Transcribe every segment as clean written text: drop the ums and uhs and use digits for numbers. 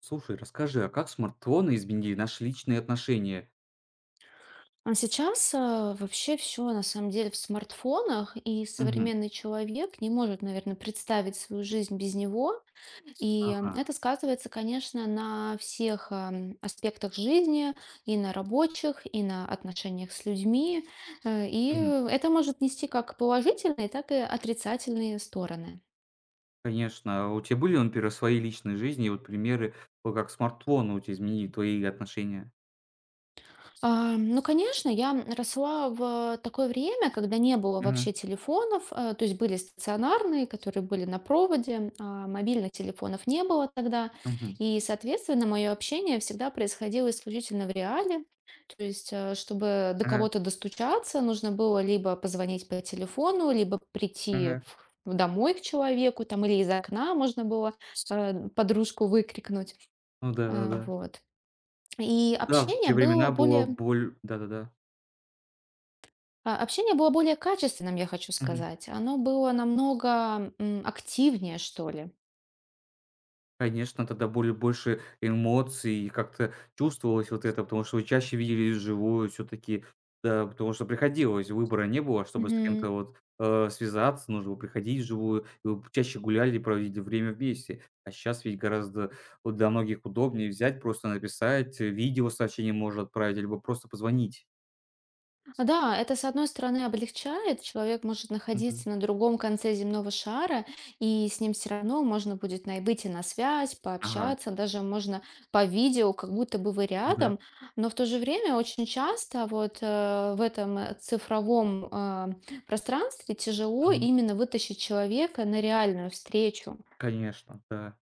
Слушай, расскажи, а как смартфоны изменили наши личные отношения? А сейчас, вообще все, на самом деле в смартфонах, и Мгм. современный человек не может, наверное, представить свою жизнь без него. И Ага. это сказывается, конечно, на всех, аспектах жизни: и на рабочих, и на отношениях с людьми. И Мгм. это может нести как положительные, так и отрицательные стороны. Конечно. А у тебя были, например, в своей личной жизни вот примеры, вот как смартфоны у тебя изменили твои отношения? Ну, конечно, я росла в такое время, когда не было Мгм. вообще телефонов, то есть были стационарные, которые были на проводе, а мобильных телефонов не было тогда. Мгм. И, соответственно, мое общение всегда происходило исключительно в реале. То есть, чтобы до Ага. кого-то достучаться, нужно было либо позвонить по телефону, либо прийти Ага. в домой к человеку, там, или из окна можно было подружку выкрикнуть. Ну да-да-да. Вот. И Да, да. Да, в общение те было времена было более боль да-да-да. Общение было более качественным, я хочу сказать. Оно было намного, активнее, что ли. Конечно, тогда более больше эмоций, и как-то чувствовалось вот это, потому что вы чаще виделись вживую все таки да, потому что приходилось, выбора не было, чтобы с Мгм. кем-то вот, связаться, нужно было приходить вживую, и вы чаще гуляли проводили время вместе. А сейчас ведь гораздо вот для многих удобнее взять, просто написать, видео сообщение можно отправить, либо просто позвонить. Да, это, с одной стороны, облегчает. Человек может Мгм. находиться на другом конце земного шара, и с ним все равно можно будет выйти на связь, Ага, пообщаться, даже можно по видео, как будто бы вы да, рядом. Но в то же время очень часто вот в этом цифровом пространстве тяжело мгм. именно вытащить человека на реальную встречу. Конечно, да.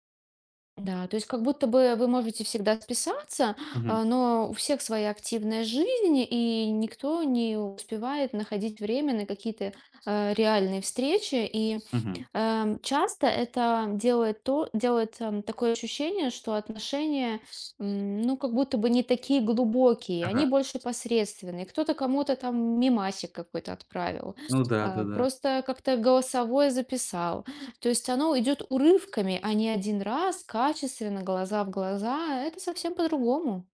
Да, то есть как будто бы вы можете всегда списаться, Мгм, но у всех своя активная жизнь, и никто не успевает находить время на какие-то реальные встречи. И мгм. Часто это делает такое ощущение, что отношения, ну, как будто бы не такие глубокие, они Ага. больше посредственные. Кто-то кому-то там мимасик какой-то отправил, Ну да, да-да. просто как-то голосовое записал. То есть оно идет урывками, а не один раз, качественно, глаза в глаза. Это совсем по-другому.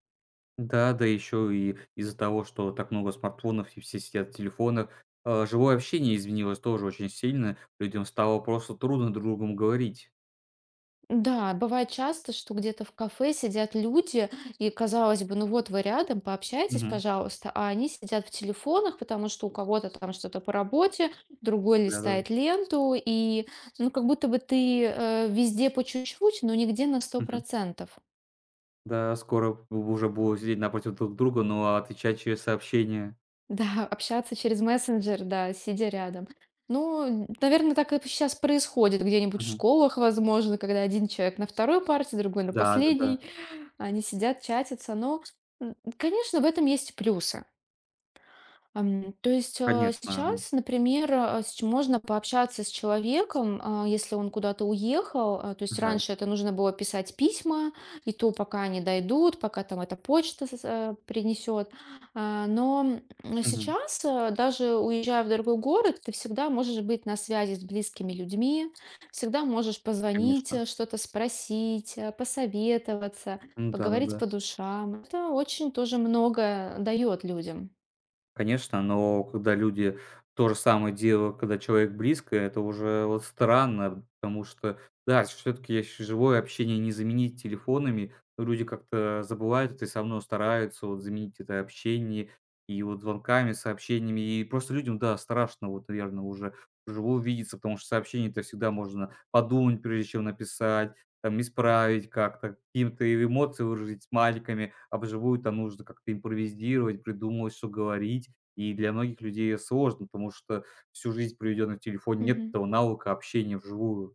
Да, да еще и из-за того, что так много смартфонов и все сидят в телефонах, а, живое общение изменилось тоже очень сильно. Людям стало просто трудно друг с другом говорить. Да, бывает часто, что где-то в кафе сидят люди, и казалось бы, ну вот вы рядом, пообщайтесь, Мгм. пожалуйста, а они сидят в телефонах, потому что у кого-то там что-то по работе, другой Да-да. листает ленту, и ну как будто бы ты везде по чуть-чуть, но нигде на сто Мгм. процентов. Да, скоро у уже будут сидеть напротив друг друга, но отвечать через сообщения. Да, общаться через мессенджер, да, сидя рядом. Ну, наверное, так и сейчас происходит где-нибудь в Мгм. школах, возможно, когда один человек на второй парте, другой на Да-да-да, последней. Они сидят, чатятся. Но, конечно, в этом есть и плюсы. То есть, конечно. сейчас, например, э, с можно пообщаться с человеком, если он куда-то уехал. То есть Ага. раньше это нужно было писать письма, и то пока они дойдут, пока там эта почта принесет. А, но, Мгм. Сейчас, даже уезжая в другой город, ты всегда можешь быть на связи с близкими людьми, всегда можешь позвонить, Конечно. Что-то спросить, посоветоваться, Ну поговорить по да-да-да. душам. Это очень тоже многое дает людям. Конечно, но когда люди то же самое делают, когда человек близко, это уже вот странно, потому что, да, все-таки я живое общение не заменить телефонами, но люди как-то забывают это и все равно стараются вот заменить это общение и вот звонками, сообщениями, и просто людям, да, страшно вот, наверное, уже вживую видеться, потому что сообщение-то всегда можно подумать, прежде чем написать, там исправить как-то, каким то эмоции выразить смайликами, а вживую-то нужно как-то импровизировать, придумывать, что говорить. И для многих людей это сложно, потому что всю жизнь, проведенную в телефоне, нет Мгм. этого навыка общения вживую.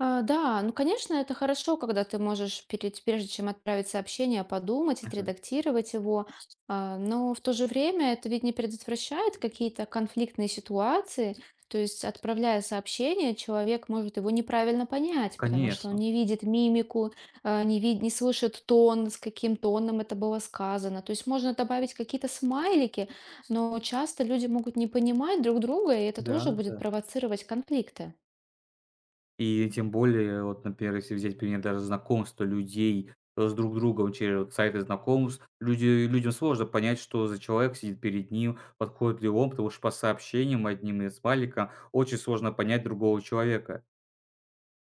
Да, ну, конечно, это хорошо, когда ты можешь прежде чем отправить сообщение, подумать, Мгм. отредактировать его. Но в то же время это ведь не предотвращает какие-то конфликтные ситуации, то есть отправляя сообщение, человек может его неправильно понять, потому что он Конечно, не видит мимику, не слышит тон, с каким тоном это было сказано. То есть можно добавить какие-то смайлики, но часто люди могут не понимать друг друга, и это тоже будет да-да. провоцировать конфликты. И тем более, вот, например, если взять пример даже знакомства людей, с друг другом через вот сайты знакомств, люди людям сложно понять, что за человек сидит перед ним, подходит ли он, потому что по сообщениям одним и смайликам очень сложно понять другого человека.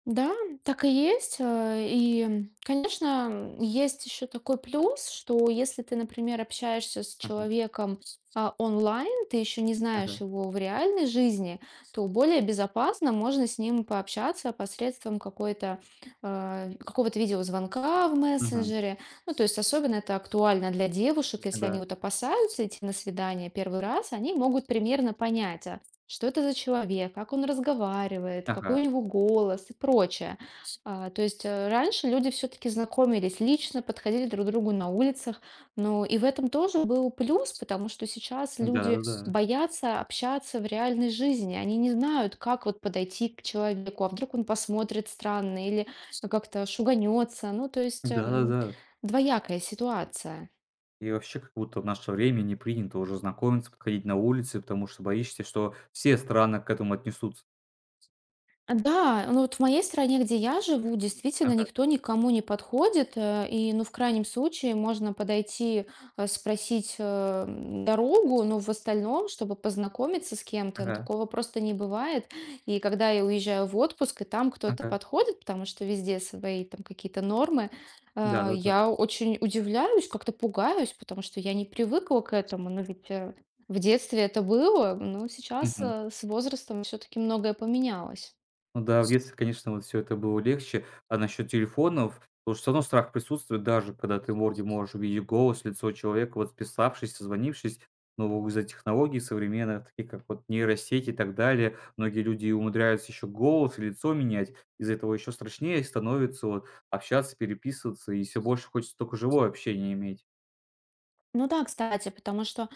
Да, так и есть. И, конечно, есть еще такой плюс, что если ты, например, общаешься с Мгм. человеком онлайн, ты еще не знаешь Ага. его в реальной жизни, то более безопасно можно с ним пообщаться посредством какого-то видеозвонка в Мгм. мессенджере. Ну, то есть особенно это актуально для девушек, если они Да. вот опасаются идти на свидание первый раз, они могут примерно понять, а что это за человек, как он разговаривает, какой у Ага. него голос и прочее. То есть раньше люди все-таки знакомились лично, подходили друг к другу на улицах, но и в этом тоже был плюс, потому что сейчас люди Да-да-да. боятся общаться в реальной жизни, они не знают, как вот подойти к человеку, а вдруг он посмотрит странно или как-то шуганется, ну то есть Да-да-да. двоякая ситуация. И вообще, как будто в наше время не принято уже знакомиться, подходить на улице, потому что боишься, что все странно к этому отнесутся. Да, ну вот в моей стране, где я живу, действительно Ага, никто никому не подходит, и, ну, в крайнем случае можно подойти, спросить, дорогу, но в остальном, чтобы познакомиться с кем-то, ну, ага, такого просто не бывает. И когда я уезжаю в отпуск, и там кто-то ага. подходит, потому что везде свои там какие-то нормы, Да-да-да. я очень удивляюсь, как-то пугаюсь, потому что я не привыкла к этому, но ведь, в детстве это было, но сейчас, Мгм. С возрастом все-таки многое поменялось. Ну да, в детстве, конечно, вот все это было легче. А насчет телефонов, потому что всё равно страх присутствует, даже когда ты вроде можешь увидеть голос, лицо человека, вот списавшись, созвонившись. Но вот из-за технологий современных, таких как вот нейросети и так далее, многие люди и умудряются еще голос и лицо менять. Из-за этого еще страшнее становится вот общаться, переписываться, и все больше хочется только живое общение иметь. Ну да, кстати, потому что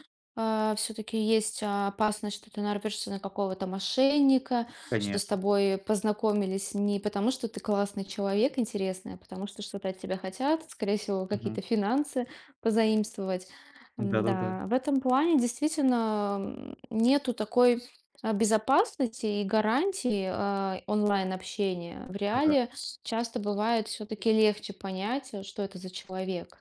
все-таки есть опасность, что ты нарвешься на какого-то мошенника, что с Конечно. тобой познакомились не потому, что ты классный человек, интересный, а потому что что-то от тебя хотят, скорее всего, Мгм. какие-то финансы позаимствовать. Да-да-да. Да, в этом плане действительно нету такой безопасности и гарантии онлайн-общения. В Ага. реале часто бывает все-таки легче понять, что это за человек.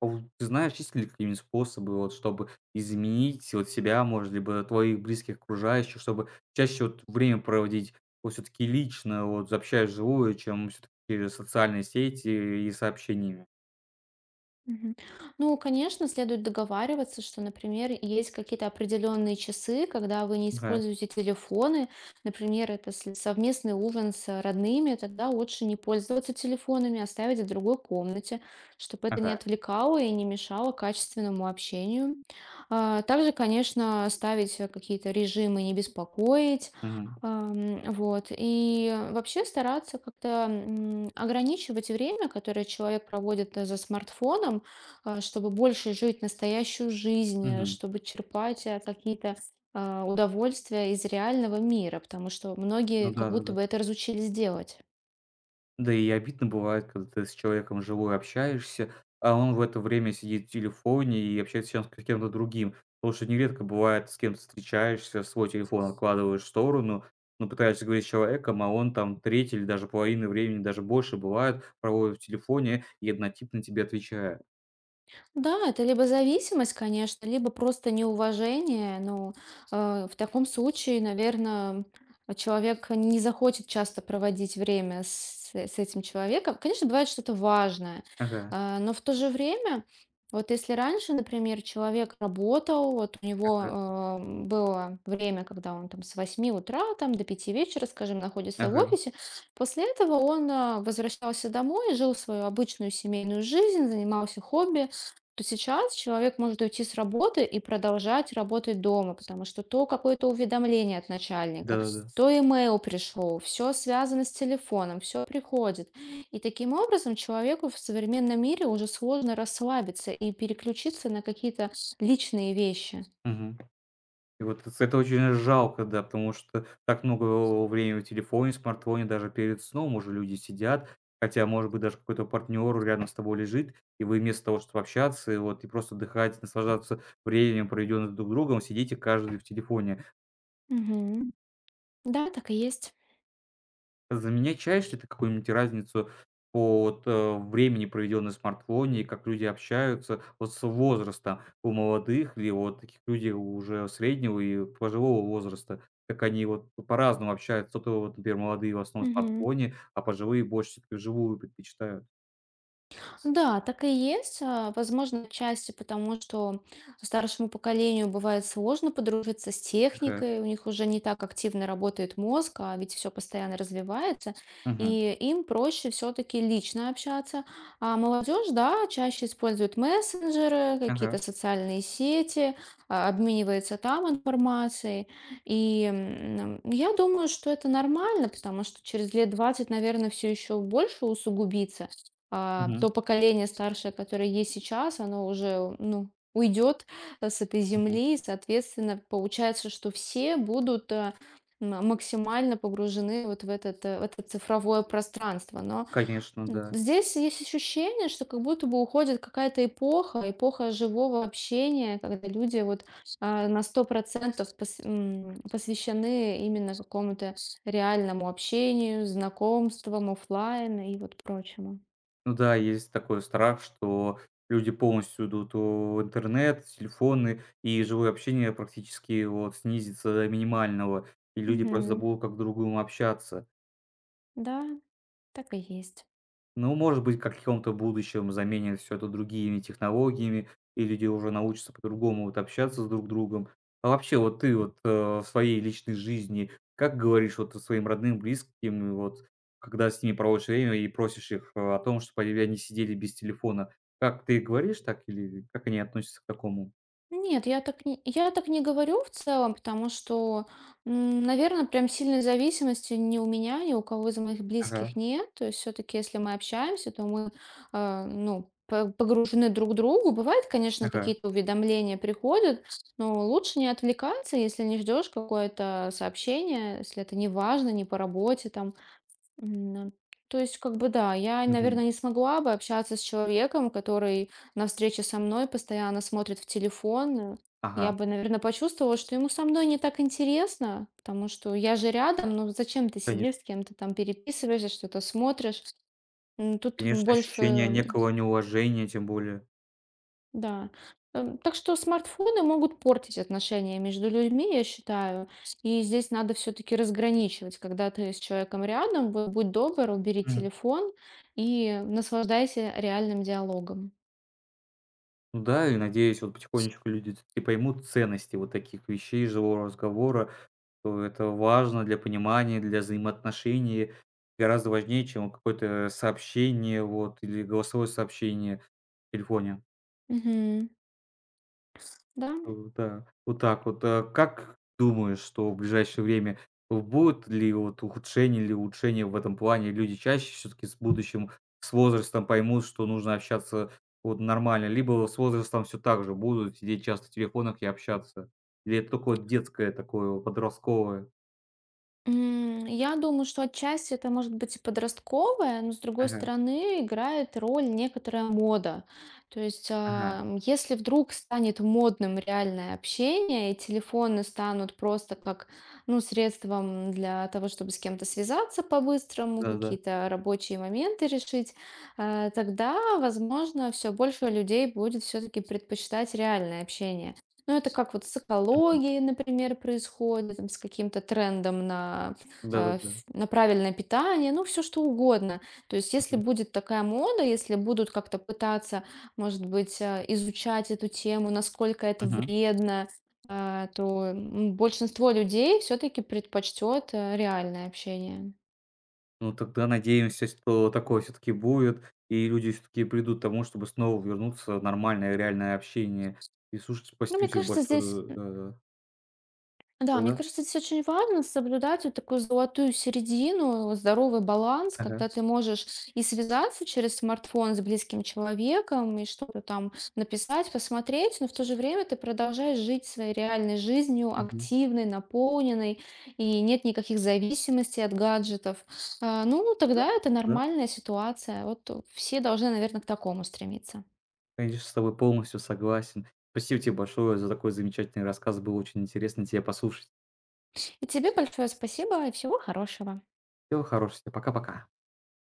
А вот ты знаешь, есть ли какие-нибудь способы, вот, чтобы изменить вот себя, может, либо твоих близких, окружающих, чтобы чаще вот время проводить вот все-таки лично, вот, общаясь вживую, чем все-таки через социальные сети и сообщениями? Мгм. Ну, конечно, следует договариваться, что, например, есть какие-то определенные часы, когда вы не Ага. используете телефоны. Например, это совместный ужин с родными, тогда лучше не пользоваться телефонами, а оставить в другой комнате, чтобы это не Ага. отвлекало и не мешало качественному общению. Также, конечно, ставить какие-то режимы не беспокоить. Мгм. Вот. И вообще стараться как-то ограничивать время, которое человек проводит за смартфоном, чтобы больше жить настоящую жизнь, Мгм. чтобы черпать какие-то удовольствия из реального мира, потому что многие Ну как будто да-да-да. бы это разучились делать. Да и обидно бывает, когда ты с человеком вживую общаешься, а он в это время сидит в телефоне и общается чем с кем-то другим. Потому что нередко бывает, с кем-то встречаешься, свой телефон откладываешь в сторону, но пытаешься говорить с человеком, а он там треть или даже половину времени, даже больше бывает, проводит в телефоне и однотипно тебе отвечает. Да, это либо зависимость, конечно, либо просто неуважение. Ну, в таком случае, наверное, человек не захочет часто проводить время с этим человеком. Конечно, бывает что-то важное, Ага, но в то же время, вот если раньше, например, человек работал, вот у него ага, было время, когда он там с 8 утра там, до 5 вечера, скажем, находится в ага, офисе, после этого он возвращался домой, жил свою обычную семейную жизнь, занимался хобби, то сейчас человек может уйти с работы и продолжать работать дома, потому что то какое-то уведомление от начальника, да-да-да. то имейл пришел, все связано с телефоном, все приходит. И таким образом человеку в современном мире уже сложно расслабиться и переключиться на какие-то личные вещи. Мгм. И вот с это очень жалко, да, потому что так много времени в телефоне, смартфоне, даже перед сном уже люди сидят. Хотя, может быть, даже какой-то партнер рядом с тобой лежит, и вы вместо того, чтобы общаться и просто отдыхать, наслаждаться временем, проведенным друг другом, сидите каждый в телефоне. Мгм. Да, так и есть. Замечаешь ли ты какую-нибудь разницу по вот, времени, проведенной в смартфоне, и как люди общаются вот с возраста у молодых или вот таких людей уже среднего и пожилого возраста? Как они вот по-разному общаются? Кто-то вот, например, молодые в основном в Мгм. смартфоне, а пожилые больше всё-таки вживую предпочитают. Да, так и есть. Возможно, отчасти потому, что старшему поколению бывает сложно подружиться с Ага. техникой, у них уже не так активно работает мозг, а ведь все постоянно развивается, Мгм. и им проще все-таки лично общаться. А молодежь, да, чаще использует мессенджеры, какие-то Ага. социальные сети, обменивается там информацией. И я думаю, что это нормально, потому что через лет 20, наверное, все еще больше усугубится. Мгм. То поколение старшее, которое есть сейчас, оно уже, ну, уйдет с этой Мгм. земли, и, соответственно, получается, что все будут максимально погружены вот в это цифровое пространство. Но Конечно, да. здесь есть ощущение, что как будто бы уходит какая-то эпоха, эпоха живого общения, когда люди вот на 100% посвящены именно какому-то реальному общению, знакомствам, оффлайн и вот прочему. Ну да, есть такой страх, что люди полностью идут в интернет, телефоны, и живое общение практически вот снизится до минимального, и люди просто Мгм. забудут, как друг с другом общаться. Да, так и есть. Ну, может быть, как в каком-то будущем заменят все это другими технологиями, и люди уже научатся по-другому вот общаться с друг другом. А вообще, вот ты вот, в своей личной жизни как говоришь вот своим родным, близким, и вот когда с ними проводишь время и просишь их, о том, чтобы они не сидели без телефона? Как ты говоришь так или как они относятся к такому? Нет, я так не говорю в целом, потому что, наверное, прям сильной зависимости ни у меня, ни у кого из моих Ага, близких нет. То есть все-таки, если мы общаемся, то мы, ну, погружены друг к другу. Бывает, конечно, ага, какие-то уведомления приходят, но лучше не отвлекаться, если не ждешь какое-то сообщение, если это не важно, не по работе там. М, То есть, как бы да, я, мгм. наверное, не смогла бы общаться с человеком, который на встрече со мной постоянно смотрит в телефон. Ага, Я бы, наверное, почувствовала, что ему со мной не так интересно, потому что я же рядом, ну зачем ты конечно. сидишь с кем-то там переписываешься, что-то смотришь? Тут Конечно, ощущение больше некого неуважения тем более. да. Так что смартфоны могут портить отношения между людьми, я считаю. И здесь надо все-таки разграничивать, когда ты с человеком рядом, будь добр, убери телефон и наслаждайся реальным диалогом. Ну да, и надеюсь, вот потихонечку люди и поймут ценности вот таких вещей, живого разговора, что это важно для понимания, для взаимоотношений, гораздо важнее, чем какое-то сообщение вот или голосовое сообщение в телефоне. Мгм. Да. Вот да, вот так вот. А как думаешь, что в ближайшее время будет ли вот ухудшение или улучшение в этом плане? Люди чаще все-таки с будущим, с возрастом поймут, что нужно общаться вот нормально, либо с возрастом все так же будут сидеть часто в телефонах и общаться? Или это только вот детское такое, вот подростковое? Я думаю, что отчасти это может быть и подростковое, но с другой Ага, стороны играет роль некоторая мода. То есть, ага, если вдруг станет модным реальное общение, и телефоны станут просто как, ну, средством для того, чтобы с кем-то связаться по-быстрому, да-да-да. какие-то рабочие моменты решить, тогда, возможно, все больше людей будет все-таки предпочитать реальное общение. Ну, это как вот с Мгм. экологией, например, происходит, там, с каким-то трендом Да-да-да. На правильное питание, ну, все что угодно. То есть, если Мгм. будет такая мода, если будут как-то пытаться, может быть, изучать эту тему, насколько это Мгм. вредно, то большинство людей все-таки предпочтет реальное общение. Ну, тогда надеемся, что такое все таки будет, и люди все таки придут к тому, чтобы снова вернуться в нормальное реальное общение. И слушай, Ну, мне спасибо тебе кажется, здесь большое, да. Да, мне Да-да. кажется, здесь очень важно соблюдать вот такую золотую середину, здоровый баланс, Ага. когда ты можешь и связаться через смартфон с близким человеком, и что-то там написать, посмотреть, но в то же время ты продолжаешь жить своей реальной жизнью, Мгм. активной, наполненной, и нет никаких зависимостей от гаджетов. Ну, Да, тогда это да, нормальная ситуация. Вот все должны, наверное, к такому стремиться. конечно, с тобой полностью согласен. Спасибо тебе большое за такой замечательный рассказ. Было очень интересно тебя послушать. И тебе большое спасибо и всего хорошего. Всего хорошего тебе. Пока-пока.